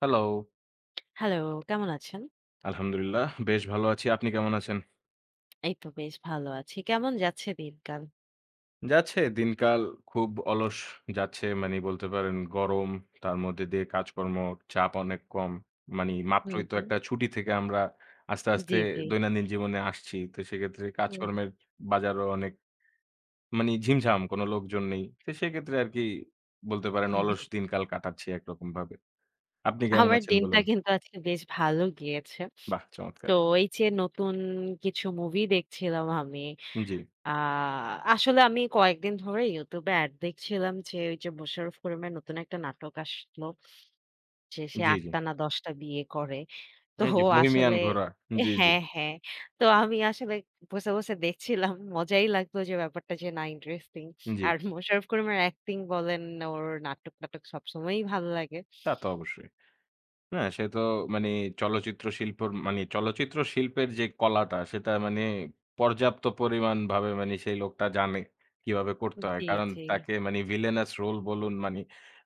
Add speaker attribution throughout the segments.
Speaker 1: Hello.
Speaker 2: Hello, কেমন আছেন?
Speaker 1: আলহামদুলিল্লাহ বেশ ভালো আছি। আপনি কেমন আছেন?
Speaker 2: এই তো বেশ ভালো আছি। কেমন যাচ্ছে দিনকাল?
Speaker 1: যাচ্ছে দিনকাল খুব অলস যাচ্ছে মানে বলতে পারেন গরম, তার মধ্যে দিয়ে কাজকর্ম, চাপ অনেক কম। মানি
Speaker 2: হুম,
Speaker 1: মাত্রই তো
Speaker 2: হুম।
Speaker 1: একটা ছুটি থেকে আমরা আস্তে, আস্তে
Speaker 2: জি, জি।
Speaker 1: দৈনন্দিন জীবনে আসছি। তো সেক্ষেত্রে
Speaker 2: হুম,
Speaker 1: কাজকর্মের
Speaker 2: হুম।
Speaker 1: বাজারও অনেক মানি ঝিমঝাম, কোনো লোকজন নেই। তো সেক্ষেত্রে আরকি বলতে পারেন অলস দিনকাল কাটাচ্ছি একরকমভাবে। আপনি কেমন
Speaker 2: আমার
Speaker 1: আছেন
Speaker 2: দিনটা
Speaker 1: বলুন?
Speaker 2: কিন্তু আজকে বেশ ভালো গিয়েছে।
Speaker 1: বাহ! চমৎকার।
Speaker 2: তো এই যে নতুন কিছু মুভি দেখছিলাম আমি।
Speaker 1: জি,
Speaker 2: আ আসলে আমি কয়েকদিন ধরে YouTube এ এড দেখছিলাম যে ওই যে মোশাররফ করিমের নতুন একটা নাটক আসলো যে সে
Speaker 1: জি,
Speaker 2: ৮
Speaker 1: জি।
Speaker 2: টা না ১০ টা বিয়ে করে। তো
Speaker 1: এই যে বহিমিয়ান
Speaker 2: আসলে
Speaker 1: ঘোরা। জি, জি,
Speaker 2: হ্যাঁ, হ্যাঁ। তো আমি আসলে বসে, বসে দেখছিলাম। মজাই লাগলো যে ব্যাপারটা, যে না, ইন্টারেস্টিং।
Speaker 1: জি।
Speaker 2: আর মোশাররফ করিমের অ্যাক্টিং বলেন, ওর নাটক-টাটক সবসময়ই ভালো লাগে।
Speaker 1: তা তো অবশ্যই। না, সে তো মানে চলচ্চিত্র শিল্পর মানে চলচ্চিত্র শিল্পের যে কলাটা সেটা মানে পর্যাপ্ত পরিমাণ ভাবে মানে সেই লোকটা জানে কিভাবে করতে হয়।
Speaker 2: জি,
Speaker 1: কারণ
Speaker 2: জি।
Speaker 1: তাকে মানে ভিলেনাস রোল বলুন, মানে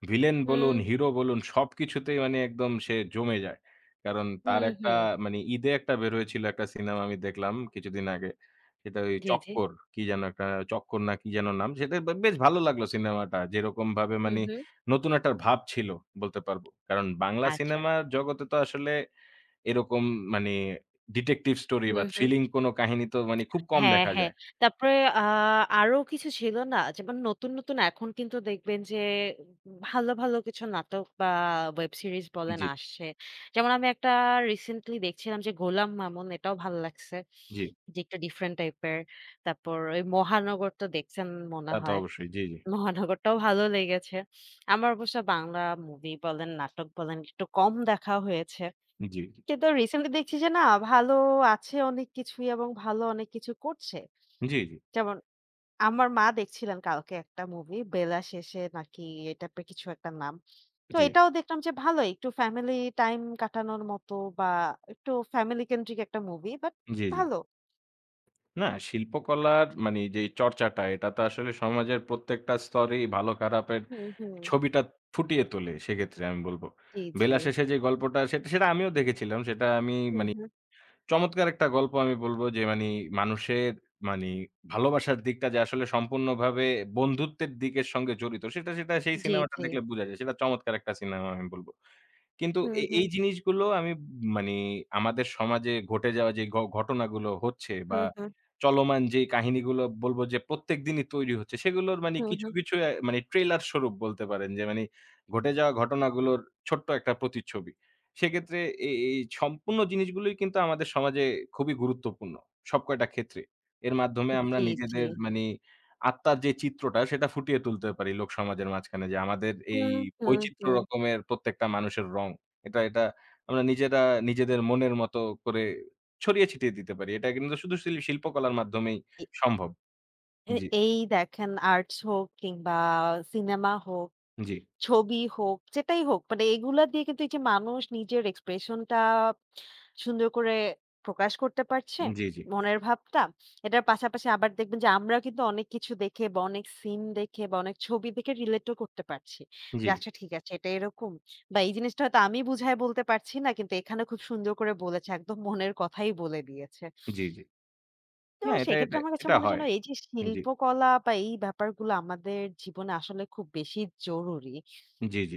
Speaker 1: ভিলেন বলুন,
Speaker 2: হুম,
Speaker 1: হিরো বলুন সবকিছুতেই মানে একদম সে জমে যায়। কারণ তার
Speaker 2: হুম,
Speaker 1: একটা
Speaker 2: হুম।
Speaker 1: মানে ঈদে একটা বের হয়েছিল একটা সিনেমা আমি দেখলাম কিছুদিন আগে। সেটা ওই
Speaker 2: জি, জি।
Speaker 1: 'চক্কর' কি যেন একটা 'চক্কর' না কি যেন নাম। সেটা বেশ ভালো লাগলো সিনেমাটা। যেরকমভাবে
Speaker 2: হুম,
Speaker 1: মানে
Speaker 2: হুম।
Speaker 1: নতুন একটা ভাব ছিল বলতে পারব। কারণ বাংলা
Speaker 2: আচ্ছা।
Speaker 1: সিনেমার জগতে তো আসলে এরকম মানে ডিটেকটিভ স্টোরি বা
Speaker 2: হুম, হুম।
Speaker 1: থ্রিলিং কোনো কাহিনী তো মানে খুব কম
Speaker 2: হ্যাঁ,
Speaker 1: দেখা
Speaker 2: হ্যাঁ।
Speaker 1: যায়।
Speaker 2: তারপরে আ আরো কিছু ছিল না? যেমন নতুন, নতুন এখন কিন্তু দেখবেন যে ভালো, ভালো কিছু নাটক বা ওয়েব সিরিজ বলেন
Speaker 1: জি,
Speaker 2: আসছে। যেমন আমি একটা রিসেন্টলি দেখছিলাম যে 'গোলাম মামুন', এটাও ভালো লাগছে।
Speaker 1: জি।
Speaker 2: যে একটু ডিফারেন্ট টাইপের। তারপর ওই 'মহানগর' তো দেখছেন মনে
Speaker 1: তা তো
Speaker 2: হয়।
Speaker 1: অবশ্যই। জি, জি।
Speaker 2: 'মহানগর'টাও ভালো লেগেছে। আমার অবশ্য বাংলা মুভি বলেন, নাটক বলেন একটু কম দেখা হয়েছে।
Speaker 1: জি,
Speaker 2: কিন্তু রিসেন্টলি দেখছি যে না, ভালো আছে অনেক কিছুই এবং ভালো অনেক কিছু করছে।
Speaker 1: জি, জি,
Speaker 2: যেমন আমার মা দেখছিলেন কালকে একটা মুভি, 'বেলা শেষে' নাকি এ টাইপের কিছু একটা নাম। তো
Speaker 1: জি,
Speaker 2: এটাও দেখলাম যে ভালোই, একটু ফ্যামিলি টাইম কাটানোর মতো বা একটু ফ্যামিলি কেন্দ্রিক একটা মুভি, বাট
Speaker 1: জি, জি।
Speaker 2: ভালো।
Speaker 1: না শিল্পকলার মানে যেই চর্চাটা এটা তো আসলে সমাজের প্রত্যেকটা স্তরেই ভালো খারাপের
Speaker 2: হুম, হুম।
Speaker 1: ছবিটা ফুটিয়ে তোলে সেক্ষেত্রে আমি বলব।
Speaker 2: জি, জি।
Speaker 1: বেলা শেষে যে গল্পটা সেটা আমিও দেখেছিলাম। সেটা আমি
Speaker 2: হুম,
Speaker 1: মানে
Speaker 2: হুম।
Speaker 1: চমৎকার একটা গল্প আমি বলব যে মানি মানুষের মানি ভালোবাসার দিকটা যে আসলে সম্পূর্ণভাবে বন্ধুত্বের দিকের সঙ্গে জড়িত সেটা সেই
Speaker 2: জি,
Speaker 1: সিনেমাটা
Speaker 2: জি।
Speaker 1: দেখলে বুঝা যায়। সেটা চমৎকার একটা সিনেমা আমি বলব। কিন্তু
Speaker 2: হুম,
Speaker 1: এ
Speaker 2: হুম,
Speaker 1: এই জিনিসগুলো আমি মানে আমাদের সমাজে ঘটে যাওয়া যে ঘটনাগুলো হচ্ছে বা
Speaker 2: হুম, হুম,
Speaker 1: চলমান যে কাহিনীগুলো বলব যে প্রত্যেকদিনই তৈরি হচ্ছে সেগুলোর মানে
Speaker 2: হুম,
Speaker 1: কিছু,
Speaker 2: হুম।
Speaker 1: কিছু মানে ট্রেলার স্বরূপ বলতে পারেন যে মানে ঘটে যাওয়া ঘটনাগুলোর ছোট্ট একটা প্রতিচ্ছবি। সেক্ষেত্রে এই সম্পূর্ণ জিনিসগুলোই কিন্তু আমাদের সমাজে খুবই গুরুত্বপূর্ণ সবকয়টা ক্ষেত্রে। এর মাধ্যমে আমরা
Speaker 2: জি, জি।
Speaker 1: নিজেদের মানে আত্মার যে চিত্রটা সেটা ফুটিয়ে তুলতে পারি লোকসমাজের মাঝখানে যে আমাদের এই
Speaker 2: হুম, হুম,
Speaker 1: বৈচিত্র্য
Speaker 2: হুম।
Speaker 1: রকমের প্রত্যেকটা মানুষের রং। এটা আমরা নিজেরা নিজেদের মনের মতো করে ছড়িয়ে ছিটিয়ে দিতে পারি। এটা কিন্তু শুধু শিল্পকলার মাধ্যমেই সম্ভব।
Speaker 2: এ
Speaker 1: জি,
Speaker 2: এই দেখেন, আর্টস হোক কিংবা সিনেমা হোক,
Speaker 1: জি,
Speaker 2: ছবি হোক, যেটাই হোক, মানে এগুলা দিয়ে কিন্তু এই যে মানুষ নিজের এক্সপ্রেশনটা সুন্দর করে প্রকাশ করতে পারছে,
Speaker 1: জি, জি,
Speaker 2: মনের ভাবটা। এটার পাশাপাশি আবার দেখবেন যে আমরা কিন্তু অনেক কিছু দেখে বা অনেক সিন দেখে বা অনেক ছবি দেখে রিলেটও করতে পারছি।
Speaker 1: জি,
Speaker 2: যে আচ্ছা, ঠিক আছে, এটা এরকম বা এই জিনিসটা হয়তো আমি বুঝায় বলতে পারছি না, কিন্তু এখানে খুব সুন্দর করে বলেছে। একদম মনের কথাই বলে দিয়েছে।
Speaker 1: জি, জি।
Speaker 2: তো
Speaker 1: না এটা,
Speaker 2: সেক্ষেত্রে
Speaker 1: এটা,
Speaker 2: আমার কাছে
Speaker 1: এটা
Speaker 2: মনে হয়
Speaker 1: হয়।
Speaker 2: যেন এই যে
Speaker 1: জি,
Speaker 2: শিল্পকলা বা এই ব্যাপারগুলো আমাদের জীবনে আসলে খুব বেশি জরুরি।
Speaker 1: জি, জি।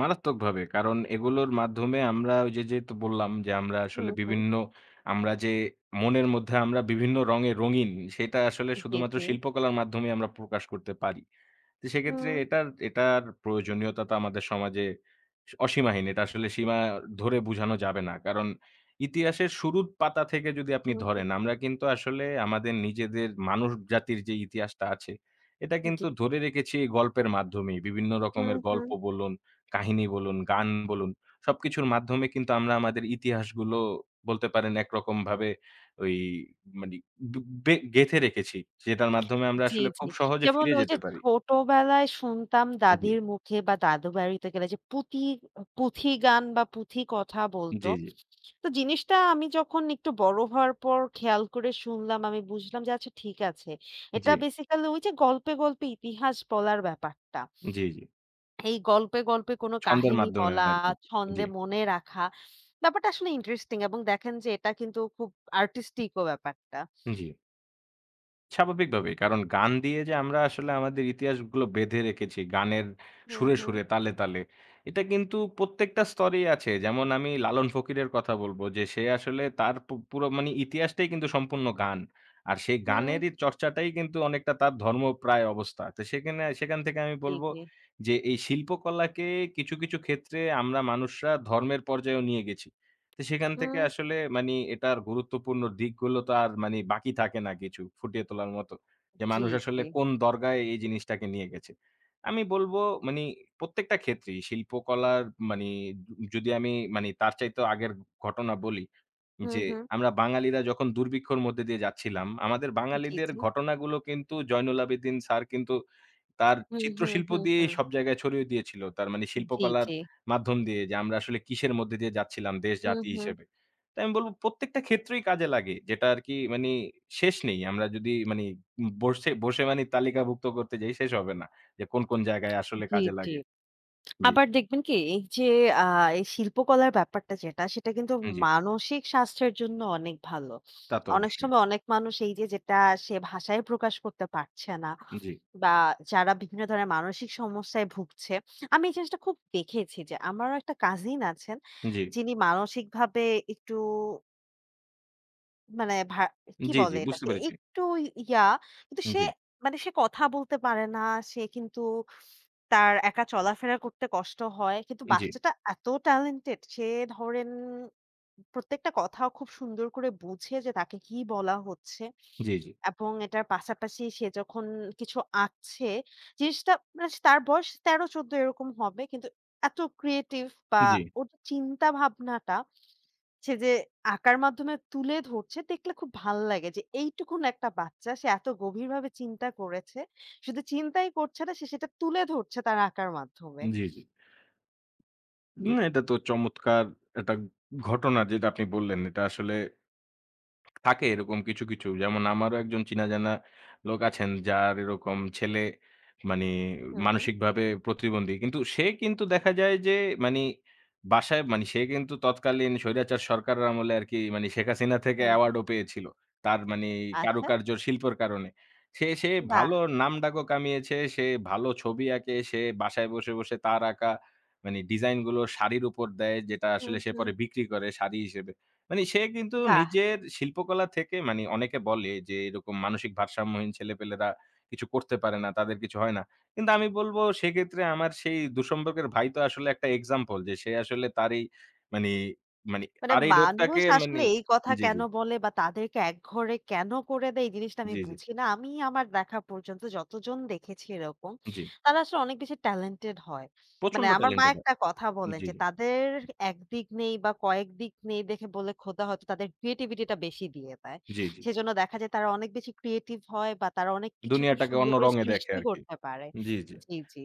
Speaker 1: মারাত্মকভাবে। কারণ এগুলোর মাধ্যমে আমরা ওই যে তো বললাম যে, আমরা আসলে
Speaker 2: হুম, হুম।
Speaker 1: বিভিন্ন আমরা যে মনের মধ্যে আমরা বিভিন্ন রঙে রঙিন, সেটা আসলে
Speaker 2: জি,
Speaker 1: শুধুমাত্র
Speaker 2: জি।
Speaker 1: শিল্পকলার মাধ্যমে আমরা প্রকাশ করতে পারি। তো সেক্ষেত্রে
Speaker 2: হুম,
Speaker 1: এটার এটার প্রয়োজনীয়তাটা আমাদের সমাজে অসীমাহীন। এটা আসলে সীমা ধরে বুঝানো যাবে না। কারণ ইতিহাসের শুরুর পাতা থেকে যদি আপনি
Speaker 2: হুম,
Speaker 1: ধরেন,
Speaker 2: হুম।
Speaker 1: আমরা কিন্তু আসলে আমাদের নিজেদের মানুষ জাতির যে ইতিহাসটা আছে, এটা
Speaker 2: জি।
Speaker 1: কিন্তু ধরে রেখেছি এই গল্পের মাধ্যমেই। বিভিন্ন
Speaker 2: হুম,
Speaker 1: রকমের গল্প
Speaker 2: হুম।
Speaker 1: বলুন, কাহিনী বলুন, গান বলুন, সবকিছুর মাধ্যমে কিন্তু আমরা আমাদের ইতিহাসগুলো বলতে পারেন একরকমভাবে ওই মানি বে গেঁথে রেখেছি। যেটার মাধ্যমে আমরা
Speaker 2: জি,
Speaker 1: আসলে
Speaker 2: জি।
Speaker 1: খুব সহজে
Speaker 2: যেমন
Speaker 1: ফিরে
Speaker 2: ওই
Speaker 1: যেতে
Speaker 2: যে
Speaker 1: পারি।
Speaker 2: ছোটবেলায় শুনতাম
Speaker 1: জি।
Speaker 2: দাদির মুখে বা দাদু বাড়িতে গেলে যে পুঁথি গান বা পুঁথি কথা বলতো।
Speaker 1: জি, জি,
Speaker 2: তো জিনিসটা আমি যখন একটু বড় হওয়ার পর খেয়াল করে শুনলাম, আমি বুঝলাম যে আচ্ছা, ঠিক আছে।
Speaker 1: জি,
Speaker 2: এটা বেসিক্যালি ওই যে গল্পে, গল্পে ইতিহাস বলার ব্যাপারটা।
Speaker 1: জি, জি।
Speaker 2: এই গল্পে, গল্পে কোনো
Speaker 1: ছন্দের
Speaker 2: কাহিনী
Speaker 1: মাধ্যমে
Speaker 2: বলা,
Speaker 1: আরকি। জি,
Speaker 2: ছন্দে মনে রাখা ব্যাপারটা আসলে ইন্টারেস্টিং, এবং দেখেন যে এটা কিন্তু খুব আর্টিস্টিক ও ব্যাপারটা।
Speaker 1: জি। স্বাভাবিকভাবেই। কারণ গান দিয়ে যে আমরা আসলে আমাদের ইতিহাসগুলো বেঁধে রেখেছি গানের
Speaker 2: হুম,
Speaker 1: সুরে,
Speaker 2: হুম,
Speaker 1: সুরে, তালে, তালে। এটা কিন্তু প্রত্যেকটা স্তরেই আছে। যেমন আমি লালন ফকিরের কথা বলব যে সে আসলে তার পুরো মানে ইতিহাসটাই কিন্তু সম্পূর্ণ গান। আর সেই
Speaker 2: হুম।
Speaker 1: গানেরই চর্চাটাই কিন্তু অনেকটা তার ধর্মপ্রায় অবস্থা। তো সেখান থেকে আমি
Speaker 2: জি,
Speaker 1: বলব
Speaker 2: জি।
Speaker 1: যে এই শিল্পকলাকে কিছু, কিছু ক্ষেত্রে আমরা মানুষরা ধর্মের পর্যায়েও নিয়ে গেছি। তো সেখান থেকে
Speaker 2: হুম,
Speaker 1: আসলে মানি এটার গুরুত্বপূর্ণ দিকগুলো তো আর মানি বাকি থাকে না কিছু ফুটিয়ে তোলার মতো। যে
Speaker 2: জি,
Speaker 1: মানুষ আসলে
Speaker 2: জি।
Speaker 1: কোন দরগায় এই জিনিসটাকে নিয়ে গেছে। আমি বলব মানি প্রত্যেকটা ক্ষেত্রেই শিল্পকলার মানি যদি আমি মানি তার চাইতেও আগের ঘটনা বলি
Speaker 2: হুম,
Speaker 1: যে
Speaker 2: হুম।
Speaker 1: আমরা বাঙালিরা যখন দুর্ভিক্ষর মধ্যে দিয়ে যাচ্ছিলাম, আমাদের
Speaker 2: জি,
Speaker 1: বাঙালিদের
Speaker 2: জি।
Speaker 1: ঘটনাগুলো কিন্তু জয়নুল আবেদিন স্যার কিন্তু তার
Speaker 2: হুম, হুম,
Speaker 1: চিত্রশিল্প
Speaker 2: হুম,
Speaker 1: দিয়েই
Speaker 2: হুম।
Speaker 1: সব জায়গায় ছড়িয়ে দিয়েছিল। তার মানে
Speaker 2: জি,
Speaker 1: শিল্পকলার
Speaker 2: জি।
Speaker 1: মাধ্যম দিয়ে যে আমরা আসলে কিসের মধ্যে দিয়ে যাচ্ছিলাম দেশ
Speaker 2: হুম,
Speaker 1: জাতি
Speaker 2: হুম।
Speaker 1: হিসেবে। তো আমি বলব প্রত্যেকটা ক্ষেত্রেই কাজে লাগে। যেটা আরকি মানে শেষ নেই। আমরা যদি মানে বসে, বসে মানি তালিকাভুক্ত করতে যাই শেষ হবে না। যে কোন, কোন জায়গায় আসলে
Speaker 2: জি,
Speaker 1: কাজে
Speaker 2: জি।
Speaker 1: লাগে। জি,
Speaker 2: আবার দেখবেন কি, এই যে আ এই শিল্পকলার ব্যাপারটা যেটা, সেটা কিন্তু
Speaker 1: জি।
Speaker 2: মানসিক স্বাস্থ্যের জন্য অনেক ভালো।
Speaker 1: তা তো
Speaker 2: অনেক
Speaker 1: অবশ্যই।
Speaker 2: সময় অনেক মানুষ এই যে যেটা সে ভাষায় প্রকাশ করতে পারছে না,
Speaker 1: জি,
Speaker 2: বা যারা বিভিন্ন ধরনের মানসিক সমস্যায় ভুগছে। আমি এই জিনিসটা খুব দেখেছি যে আমারও একটা কাজিন আছেন
Speaker 1: জি,
Speaker 2: যিনি মানসিকভাবে একটু মানে কি
Speaker 1: জি, জি
Speaker 2: বলে
Speaker 1: বুঝতে
Speaker 2: এটাকে?
Speaker 1: পেরেছি।
Speaker 2: একটু ইয়া, কিন্তু সে
Speaker 1: জি,
Speaker 2: মানে সে কথা বলতে পারে না। সে কিন্তু, তার একা চলাফেরা করতে কষ্ট হয়। কিন্তু
Speaker 1: জি,
Speaker 2: বাচ্চাটা এত ট্যালেন্টেড, সে ধরেন প্রত্যেকটা কথা খুব সুন্দর করে বুঝে যে তাকে কি বলা হচ্ছে,
Speaker 1: জি, জি,
Speaker 2: এবং এটার পাশাপাশি সে যখন কিছু আঁকছে জিনিসটা, মানে তার বয়স ১৩-১৪ এরকম হবে। কিন্তু এত ক্রিয়েটিভ, বা
Speaker 1: জি,
Speaker 2: ওর চিন্তা ভাবনাটা সে যে আঁকার মাধ্যমে তুলে ধরছে, দেখলে খুব ভাল লাগে যে এইটুকুন একটা বাচ্চা সে এত গভীরভাবে চিন্তা করেছে। শুধু চিন্তাই করছে না, সে সেটা তুলে ধরছে তার আঁকার মাধ্যমে।
Speaker 1: জি, জি। না এটা তো চমৎকার একটা ঘটনা যেটা আপনি বললেন। এটা আসলে থাকে এরকম কিছু, কিছু। যেমন আমারও একজন চিনা জানা লোক আছেন যার এরকম ছেলে মানে
Speaker 2: হুম, হুম,
Speaker 1: মানসিকভাবে প্রতিবন্ধী। কিন্তু সে কিন্তু দেখা যায় যে মানি বাসায় মানি সে কিন্তু তৎকালীন স্বৈরাচার সরকারের আমলে আরকি মানি শেখ হাসিনা থেকে
Speaker 2: হুম, হুম।
Speaker 1: অ্যাওয়ার্ডও পেয়েছিল। তার মানি
Speaker 2: আচ্ছা,
Speaker 1: কারুকার্য শিল্পের কারণে। সে
Speaker 2: বাহ!
Speaker 1: ভালো নামডাকও কামিয়েছে, সে ভালো ছবি আঁকে, সে বাসায় বসে, বসে তার আঁকা মানি ডিজাইনগুলো শাড়ির উপর দেয় যেটা
Speaker 2: হুম,
Speaker 1: আসলে সে
Speaker 2: হুম,
Speaker 1: পরে বিক্রি করে শাড়ি হিসেবে। মানে সে কিন্তু
Speaker 2: বাহ!
Speaker 1: নিজের শিল্পকলা থেকে মানে অনেকে বলে যে এরকম মানসিক ভারসাম্যহীন ছেলেপেলেরা কিছু করতে পারে না, তাদের কিছু হয় না। কিন্তু আমি বলব সেক্ষেত্রে আমার সেই দুঃসম্পর্কের ভাই তো আসলে একটা এক্সাম্পল যে সে আসলে তার এই মানে, মানে
Speaker 2: মানে
Speaker 1: তার এই
Speaker 2: মানুষ
Speaker 1: রোগটাকে মানে
Speaker 2: আসলে এই কথা
Speaker 1: জি,
Speaker 2: কেন
Speaker 1: জি,
Speaker 2: বলে বা তাদেরকে একঘরে কেন করে দেয় এই জিনিসটা আমি
Speaker 1: জি, জি,
Speaker 2: বুঝি না। আমি আমার দেখা পর্যন্ত যতজন দেখেছি এরকম,
Speaker 1: জি।
Speaker 2: তারা আসলে অনেক বেশি ট্যালেন্টেড হয়। মানে
Speaker 1: প্রচন্ড
Speaker 2: আমার মা
Speaker 1: ট্যালেন্টেড।
Speaker 2: একটা কথা
Speaker 1: জি,
Speaker 2: বলেন
Speaker 1: জি,
Speaker 2: যে, "তাদের একদিক নেই বা কয়েক দিক নেই দেখে বলে খোদা হয়তো তাদের ক্রিয়েটিভিটিটা বেশি দিয়ে দেয়।"
Speaker 1: জি, জি।
Speaker 2: সেজন্য দেখা যায় তারা অনেক বেশি ক্রিয়েটিভ হয় বা তারা অনেক কিছু খুব
Speaker 1: দুনিয়াটাকে
Speaker 2: সুন্দর
Speaker 1: অন্য
Speaker 2: করে
Speaker 1: রঙে দেখে
Speaker 2: সৃষ্টি
Speaker 1: আরকি।
Speaker 2: করতে পারে।
Speaker 1: জি, জি।
Speaker 2: জি, জি।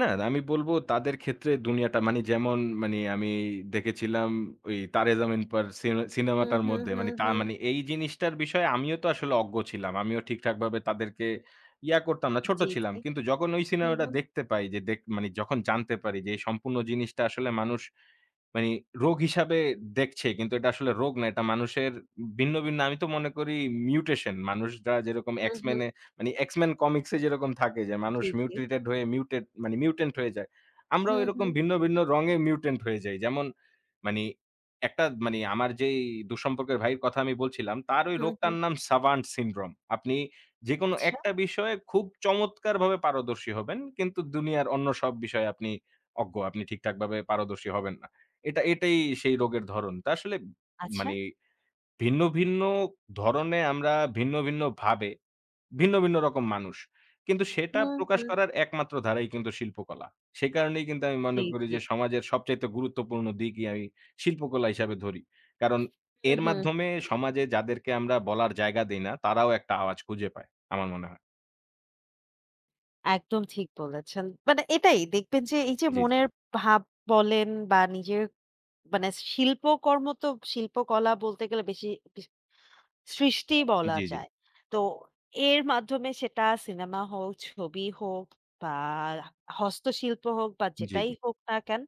Speaker 1: না, আমি বলবো তাদের ক্ষেত্রে দুনিয়াটা মানে যেমন মানে আমি দেখেছিলাম ওই 'তারে জামিন পার' সিনে
Speaker 2: হুম,
Speaker 1: সিনেমাটার
Speaker 2: হুম,
Speaker 1: মধ্যে মানে
Speaker 2: হুম,
Speaker 1: তা
Speaker 2: হুম।
Speaker 1: মানে এই জিনিসটার বিষয়ে আমিও তো আসলে অজ্ঞ ছিলাম। আমিও ঠিকঠাকভাবে তাদেরকে ইয়া করতাম না, ছোট
Speaker 2: জি,
Speaker 1: ছিলাম।
Speaker 2: জি।
Speaker 1: কিন্তু যখন ওই
Speaker 2: হুম,
Speaker 1: সিনেমাটা
Speaker 2: হুম,
Speaker 1: দেখতে পাই যে দেখ মানে যখন জানতে পারি যে এই সম্পূর্ণ জিনিসটা আসলে মানুষ মানে রোগ হিসাবে দেখছে কিন্তু এটা আসলে রোগ না। এটা মানুষের ভিন্ন, ভিন্ন আমি তো মনে করি মিউটেশন। মানুষরা যেরকম
Speaker 2: হুম,
Speaker 1: X-Men
Speaker 2: হুম।
Speaker 1: এ মানে X-Men কমিক্স এ যেরকম থাকে যে মানুষ
Speaker 2: জি, জি।
Speaker 1: মিউটেটেড হয়ে মিউটেট মানে মিউট্যান্ট হয়ে যায়। আমরাও
Speaker 2: হুম,
Speaker 1: এরকম
Speaker 2: হুম,
Speaker 1: ভিন্ন, ভিন্ন রঙে মিউট্যান্ট হয়ে যাই। যেমন মানে একটা মানে আমার যেই দুঃসম্পর্কের ভাইয়ের কথা আমি বলছিলাম, তার ওই
Speaker 2: হুম,
Speaker 1: রোগটার
Speaker 2: হুম।
Speaker 1: নাম সাভান্ট সিনড্রোম। আপনি যেকোনো
Speaker 2: আচ্ছা,
Speaker 1: একটা বিষয়ে খুব চমৎকারভাবে পারদর্শী হবেন। কিন্তু দুনিয়ার অন্য সব বিষয়ে আপনি অজ্ঞ। আপনি ঠিকঠাকভাবে পারদর্শী হবেন না। এটাই সেই রোগের ধরন। তা আসলে
Speaker 2: আচ্ছা।
Speaker 1: মানে ভিন্ন, ভিন্ন ধরনে আমরা ভিন্ন, ভিন্ন ভাবে ভিন্ন, ভিন্ন রকম মানুষ। কিন্তু সেটা
Speaker 2: হুম,
Speaker 1: প্রকাশ
Speaker 2: হুম।
Speaker 1: করার একমাত্র ধারাই কিন্তু শিল্পকলা। সে কারণেই কিন্তু আমি মনে
Speaker 2: জি,
Speaker 1: করি
Speaker 2: জি।
Speaker 1: যে সমাজের সবচাইতে গুরুত্বপূর্ণ দিকই আমি শিল্পকলা হিসাবে ধরি। কারণ
Speaker 2: হুম,
Speaker 1: এর
Speaker 2: হুম, হুম,
Speaker 1: মাধ্যমে
Speaker 2: হুম।
Speaker 1: সমাজে যাদেরকে আমরা বলার জায়গা দেই না, তারাও একটা আওয়াজ খুঁজে পায়। আমার মনে হয়।
Speaker 2: একদম ঠিক বলেছেন। মানে এটাই দেখবেন যে এই যে
Speaker 1: জি, জি।
Speaker 2: মনের ভাব বলেন বা নিজের মানে শিল্পকর্ম, তো শিল্পকলা বলতে গেলে বেশ সৃষ্টি বলা
Speaker 1: জি, জি।
Speaker 2: যায়। তো এর মাধ্যমে সেটা সিনেমা হোক, ছবি হোক বা হস্তশিল্প হোক বা
Speaker 1: জি,
Speaker 2: যেটাই
Speaker 1: জি।
Speaker 2: হোক না কেন,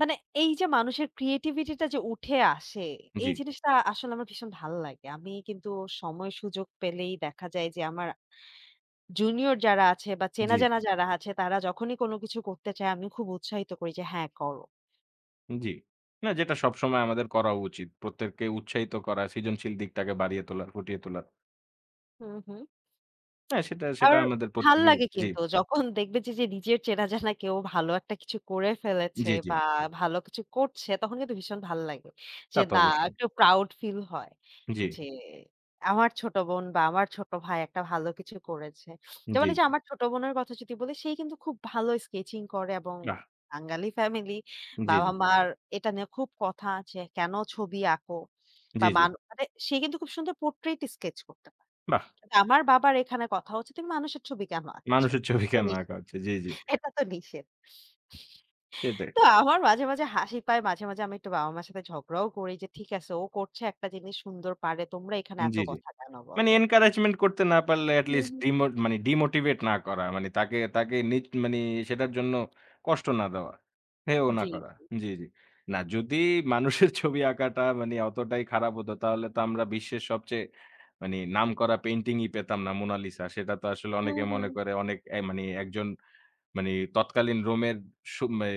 Speaker 2: মানে এই যে মানুষের ক্রিয়েটিভিটিটা যে উঠে আসে,
Speaker 1: জি,
Speaker 2: এই জিনিসটা আসলে আমার ভীষণ ভাল লাগে। আমি কিন্তু সময় সুযোগ পেলেই দেখা যায় যে আমার জুনিয়র যারা আছে বা
Speaker 1: জি,
Speaker 2: চেনা
Speaker 1: জি।
Speaker 2: জানা যারা আছে তারা যখনই কোনো কিছু করতে চায় আমি খুব উৎসাহিত করি যে হ্যাঁ করো।
Speaker 1: জি। না যেটা সবসময় আমাদের করা উচিত। প্রত্যেককে উৎসাহিত করা, সৃজনশীল দিকটাকে বাড়িয়ে তোলা, ফুটিয়ে তোলা।
Speaker 2: হুম, হুম।
Speaker 1: হ্যাঁ, সেটা সেটা
Speaker 2: আবার
Speaker 1: আমাদের
Speaker 2: ভাল
Speaker 1: প্রত্যেকেরই
Speaker 2: লাগে
Speaker 1: জি,
Speaker 2: কিন্তু যখন দেখবে যে, যে নিজের চেনা জানা কেউ ভালো একটা কিছু করে ফেলেছে
Speaker 1: জি, জি।
Speaker 2: বা ভালো কিছু করছে তখন কিন্তু ভীষণ ভাল লাগে।
Speaker 1: তা
Speaker 2: যে
Speaker 1: তো
Speaker 2: না,
Speaker 1: অবশ্যই।
Speaker 2: একটু প্রাউড ফিল হয়
Speaker 1: জি,
Speaker 2: যে আমার ছোট বোন বা আমার ছোট ভাই একটা ভালো কিছু করেছে। যেমন
Speaker 1: জি,
Speaker 2: এই যে
Speaker 1: জি।
Speaker 2: আমার ছোট বোনের কথা যদি বলি, সে কিন্তু খুব ভালো স্কেচিং করে, এবং
Speaker 1: বাহ!
Speaker 2: বাঙালি ফ্যামিলি,
Speaker 1: জি, জি,
Speaker 2: বাবা-মার এটা নিয়ে খুব কথা আছে। কেন ছবি আঁকো বা
Speaker 1: জি, জি।
Speaker 2: মানে সে কিন্তু খুব সুন্দর পোর্ট্রেইট স্কেচ করতে পারে।
Speaker 1: বাহ!
Speaker 2: কিন্তু আমার বাবার এখানে কথা হচ্ছে, "তুমি মানুষের ছবি কেন আঁকছো?
Speaker 1: মানুষের ছবি
Speaker 2: এটা তো
Speaker 1: কেন আঁকা
Speaker 2: নিষেধ,
Speaker 1: হচ্ছে? জি, জি।
Speaker 2: এটা তো নিষেধ।"
Speaker 1: সেটাই।
Speaker 2: তো আমার মাঝে, মাঝে হাসি পায়। মাঝে, মাঝে আমি একটু বাবা-মার সাথে ঝগড়াও করি যে, "ঠিক আছে, ও করছে একটা জিনিস সুন্দর পারে। তোমরা এখানে এত
Speaker 1: জি, জি।
Speaker 2: কথা কেন
Speaker 1: মানে
Speaker 2: বলো?"
Speaker 1: এনকারেজমেন্ট করতে না পারলে এট
Speaker 2: হুম,
Speaker 1: লিস্ট
Speaker 2: হুম।
Speaker 1: ডিমোটিভেট না করা। মানে তাকে তাকে নিজ মানে সেটার জন্য কষ্ট না দেওয়া। হেও না
Speaker 2: জি,
Speaker 1: করা।
Speaker 2: জি।
Speaker 1: জি, জি। না যদি মানুষের ছবি আঁকাটা মানে অতটাই খারাপ হতো তাহলে তো আমরা বিশ্বের সবচেয়ে মানে নামকরা পেইন্টিং ই পেতাম না 'মোনালিসা'। সেটা তো আসলে
Speaker 2: হুম,
Speaker 1: অনেকে মনে
Speaker 2: হুম,
Speaker 1: করে অনেক মানে একজন মানে তৎকালীন রোমের সু মে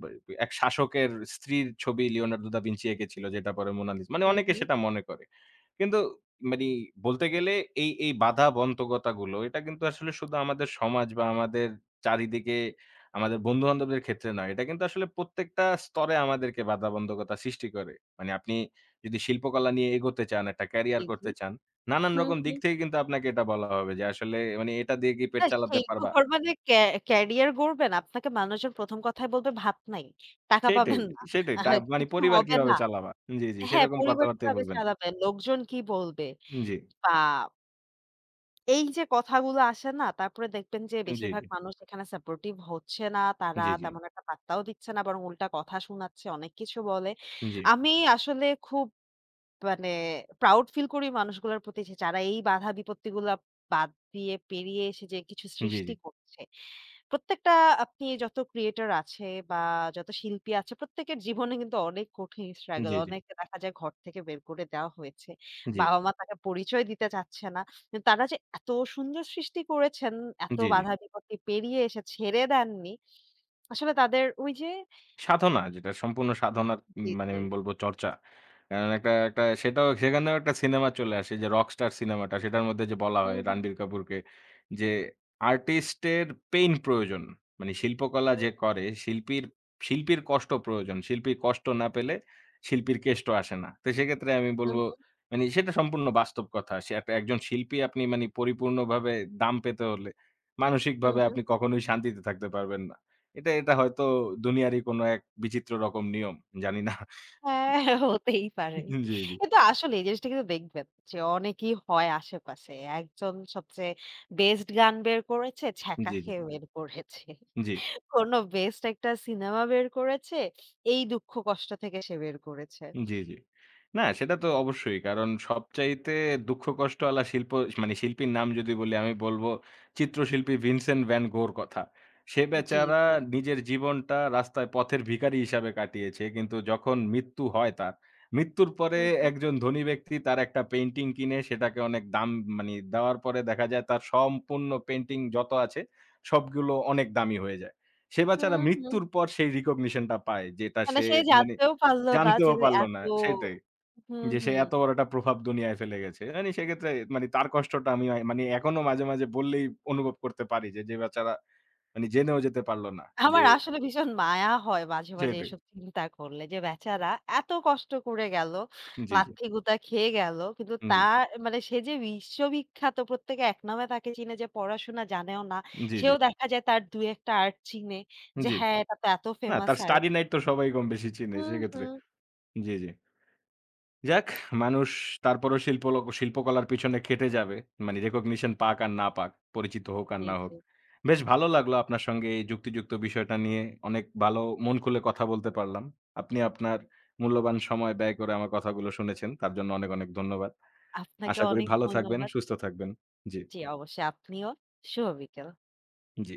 Speaker 1: ব এক শাসকের স্ত্রীর ছবি লিওনার্দো দা ভিঞ্চি এঁকেছিল যেটা পরে 'মোনালিসা'। মানে
Speaker 2: হুম,
Speaker 1: অনেকে
Speaker 2: হুম।
Speaker 1: সেটা মনে করে। কিন্তু মানে বলতে গেলে এই বাধা বন্ধকতাগুলো এটা কিন্তু আসলে শুধু আমাদের সমাজ বা আমাদের চারিদিকে আমাদের বন্ধু-বান্ধবদের ক্ষেত্রে নয়। এটা কিন্তু আসলে প্রত্যেকটা স্তরে আমাদেরকে বাধা বন্ধকতা সৃষ্টি করে। মানে আপনি যদি শিল্পকলা নিয়ে এগোতে চান, একটা ক্যারিয়ার
Speaker 2: জি, জি।
Speaker 1: করতে চান, নানান
Speaker 2: হুম,
Speaker 1: রকম দিক
Speaker 2: হুম।
Speaker 1: থেকে কিন্তু আপনাকে এটা বলা হবে যে আসলে মানে এটা দিয়ে কি পেট
Speaker 2: না,
Speaker 1: চালাতে
Speaker 2: শিল্প
Speaker 1: পারবা?
Speaker 2: গড়বেন ক্যা ক্যারিয়ার গড়বেন। আপনাকে মানুষজন ১ম কথায় বলবে, "ভাত নাই, টাকা
Speaker 1: সেটাই,
Speaker 2: পাবেন না,
Speaker 1: সেটাই। তা
Speaker 2: আহা
Speaker 1: মানে
Speaker 2: কিছু
Speaker 1: পরিবার
Speaker 2: হবে
Speaker 1: কিভাবে
Speaker 2: না।"
Speaker 1: চালাবা? জি, জি।
Speaker 2: হ্যাঁ,
Speaker 1: সেরকম
Speaker 2: পরিবার
Speaker 1: কথাবার্তাই
Speaker 2: কিভাবে
Speaker 1: বলবেন।
Speaker 2: চালাবেন, লোকজন কি বলবে?
Speaker 1: জি,
Speaker 2: বা এই যে কথাগুলো আসে না, তারপরে দেখবেন যে
Speaker 1: জি, জি,
Speaker 2: বেশিরভাগ মানুষ এখানে সাপোর্টিভ হচ্ছে না।
Speaker 1: জি,
Speaker 2: তারা
Speaker 1: জি, জি,
Speaker 2: তেমন একটা পাত্তাও দিচ্ছে না, বরং উল্টা কথা শোনাচ্ছে, অনেক কিছু বলে।
Speaker 1: জি,
Speaker 2: আমি আসলে খুব মানে প্রাউড ফিল করি মানুষগুলোর প্রতি যে যারা এই বাধা বিপত্তিগুলা বাদ দিয়ে পেরিয়ে এসে যে কিছু
Speaker 1: জি, জি,
Speaker 2: সৃষ্টি করছে। প্রত্যেকটা, আপনি যত ক্রিয়েটর আছে বা যত শিল্পী আছে প্রত্যেকের জীবনে কিন্তু অনেক কঠিন স্ট্রাগল।
Speaker 1: জি,
Speaker 2: অনেককে দেখা যায় ঘর থেকে বের করে দেওয়া হয়েছে।
Speaker 1: জি,
Speaker 2: বাবা-মা তাকে পরিচয় দিতে চাচ্ছে না। কিন্তু তারা যে এত সুন্দর সৃষ্টি করেছেন, এত
Speaker 1: জি।
Speaker 2: বাধা বিপত্তি পেরিয়ে এসে ছেড়ে দেননি। আসলে তাদের ওই যে,
Speaker 1: সাধনা, যেটা সম্পূর্ণ সাধনার
Speaker 2: জি,
Speaker 1: মানে
Speaker 2: জি।
Speaker 1: আমি বলব চর্চা। কারণ একটা একটা সেটাও সেখানেও একটা সিনেমা চলে আসে যে 'রকস্টার' সিনেমাটা সেটার মধ্যে যে বলা হয়
Speaker 2: হুম, হুম,
Speaker 1: রণবীর কাপুরকে যে আর্টিস্ট এর পেইন প্রয়োজন। মানে শিল্পকলা যে
Speaker 2: হুম,
Speaker 1: করে শিল্পীর শিল্পীর কষ্ট প্রয়োজন। শিল্পীর কষ্ট না পেলে শিল্পীর কেষ্ট আসে না। তো সেক্ষেত্রে আমি বলব
Speaker 2: হুম,
Speaker 1: মানে সেটা সম্পূর্ণ বাস্তব কথা। সে একজন শিল্পী আপনি মানে পরিপূর্ণভাবে দাম পেতে হলে
Speaker 2: হুম,
Speaker 1: মানসিকভাবে
Speaker 2: হুম।
Speaker 1: আপনি কখনোই শান্তিতে থাকতে পারবেন না। এটা এটা হয়তো দুনিয়ারই কোনো এক বিচিত্র রকম নিয়ম। জানি না।
Speaker 2: হ্যাঁ, হতেই পারে।
Speaker 1: জি, জি।
Speaker 2: কিন্তু আসলে এই জিনিসটা কিন্তু দেখবেন যে অনেকেই হয় আশেপাশে। একজন সবচেয়ে বেস্ট গান বের করেছে, ছ্যাঁকা
Speaker 1: জি, জি।
Speaker 2: খেয়ে বের করেছে।
Speaker 1: জি।
Speaker 2: কোনো বেস্ট একটা সিনেমা বের করেছে, এই দুঃখ কষ্ট থেকে সে বের করেছে।
Speaker 1: জি, জি। না সেটা তো অবশ্যই। কারণ সবচাইতে দুঃখ কষ্টওয়ালা শিল্প মানে শিল্পীর নাম যদি বলি আমি বলব চিত্রশিল্পী ভিনসেন্ট ভ্যান গোর কথা। সে
Speaker 2: জি,
Speaker 1: বেচারা
Speaker 2: জি।
Speaker 1: নিজের জীবনটা রাস্তায় পথের ভিখারি হিসাবে কাটিয়েছে। কিন্তু যখন মৃত্যু হয় তার, মৃত্যুর পরে
Speaker 2: হুম, হুম।
Speaker 1: একজন ধনী ব্যক্তি তার একটা পেইন্টিং কিনে সেটাকে অনেক দাম মানে দেওয়ার পরে দেখা যায় তার সম্পূর্ণ পেইন্টিং যত আছে সবগুলো অনেক দামি হয়ে যায়। সে বেচারা
Speaker 2: হুম, হুম।
Speaker 1: মৃত্যুর পর সেই রিকগনিশন টা পায় যেটা
Speaker 2: মানে
Speaker 1: সে
Speaker 2: সে
Speaker 1: মানে
Speaker 2: জানতেও পারল না
Speaker 1: জানতেও
Speaker 2: যে
Speaker 1: পারল
Speaker 2: এত,
Speaker 1: না। সেটাই।
Speaker 2: হুম,
Speaker 1: যে সে
Speaker 2: হুম।
Speaker 1: এত বড় একটা প্রভাব দুনিয়ায় ফেলে গেছে। মানে সেক্ষেত্রে মানে তার কষ্টটা আমি মানে এখনো মাঝে, মাঝে বললেই অনুভব করতে পারি যে বেচারা মানে জেনেও যেতে পারল না। যে
Speaker 2: আমার আসলে ভীষণ মায়া হয় মাঝে, মাঝে
Speaker 1: সেটাই।
Speaker 2: এসব চিন্তা করলে যে বেচারা এত কষ্ট করে গেল,
Speaker 1: জি, জি,
Speaker 2: লাত্থি-গুতা খেয়ে গেল। কিন্তু
Speaker 1: জি,
Speaker 2: তার মানে সে যে বিশ্ববিখ্যাত, প্রত্যেকে একনামে তাকে চিনে, যে পড়াশোনা জানেও না,
Speaker 1: জি, জি,
Speaker 2: সেও দেখা যায় তার ২ ১ টা আর্ট চিনে, যে
Speaker 1: জি।
Speaker 2: হ্যাঁ, এটা তো এত
Speaker 1: না
Speaker 2: ফেমাস
Speaker 1: তার
Speaker 2: আর্ট।
Speaker 1: স্টাডি নাইট তো সবাই কম বেশি চিনে
Speaker 2: হুম,
Speaker 1: সেক্ষেত্রে।
Speaker 2: হুম।
Speaker 1: জি, জি। যাক, মানুষ তারপরও শিল্পকলার পিছনে খেটে যাবে। মানে recognition পাক আর না পাক, পরিচিত হোক আর
Speaker 2: জি,
Speaker 1: না হোক।
Speaker 2: জি।
Speaker 1: বেশ ভালো লাগলো আপনার সঙ্গে এই যুক্তিযুক্ত বিষয়টা নিয়ে অনেক ভালো মন খুলে কথা বলতে পারলাম। আপনি আপনার মূল্যবান সময় ব্যয় করে আমার কথাগুলো শুনেছেন। তার জন্য অনেক, অনেক ধন্যবাদ।
Speaker 2: আপনাকে
Speaker 1: আশা করি
Speaker 2: অনেক
Speaker 1: ভালো থাকবেন,
Speaker 2: ধন্যবাদ।
Speaker 1: সুস্থ থাকবেন। জি,
Speaker 2: জি, অবশ্যই আপনিও। শুভ বিকেল।
Speaker 1: জি।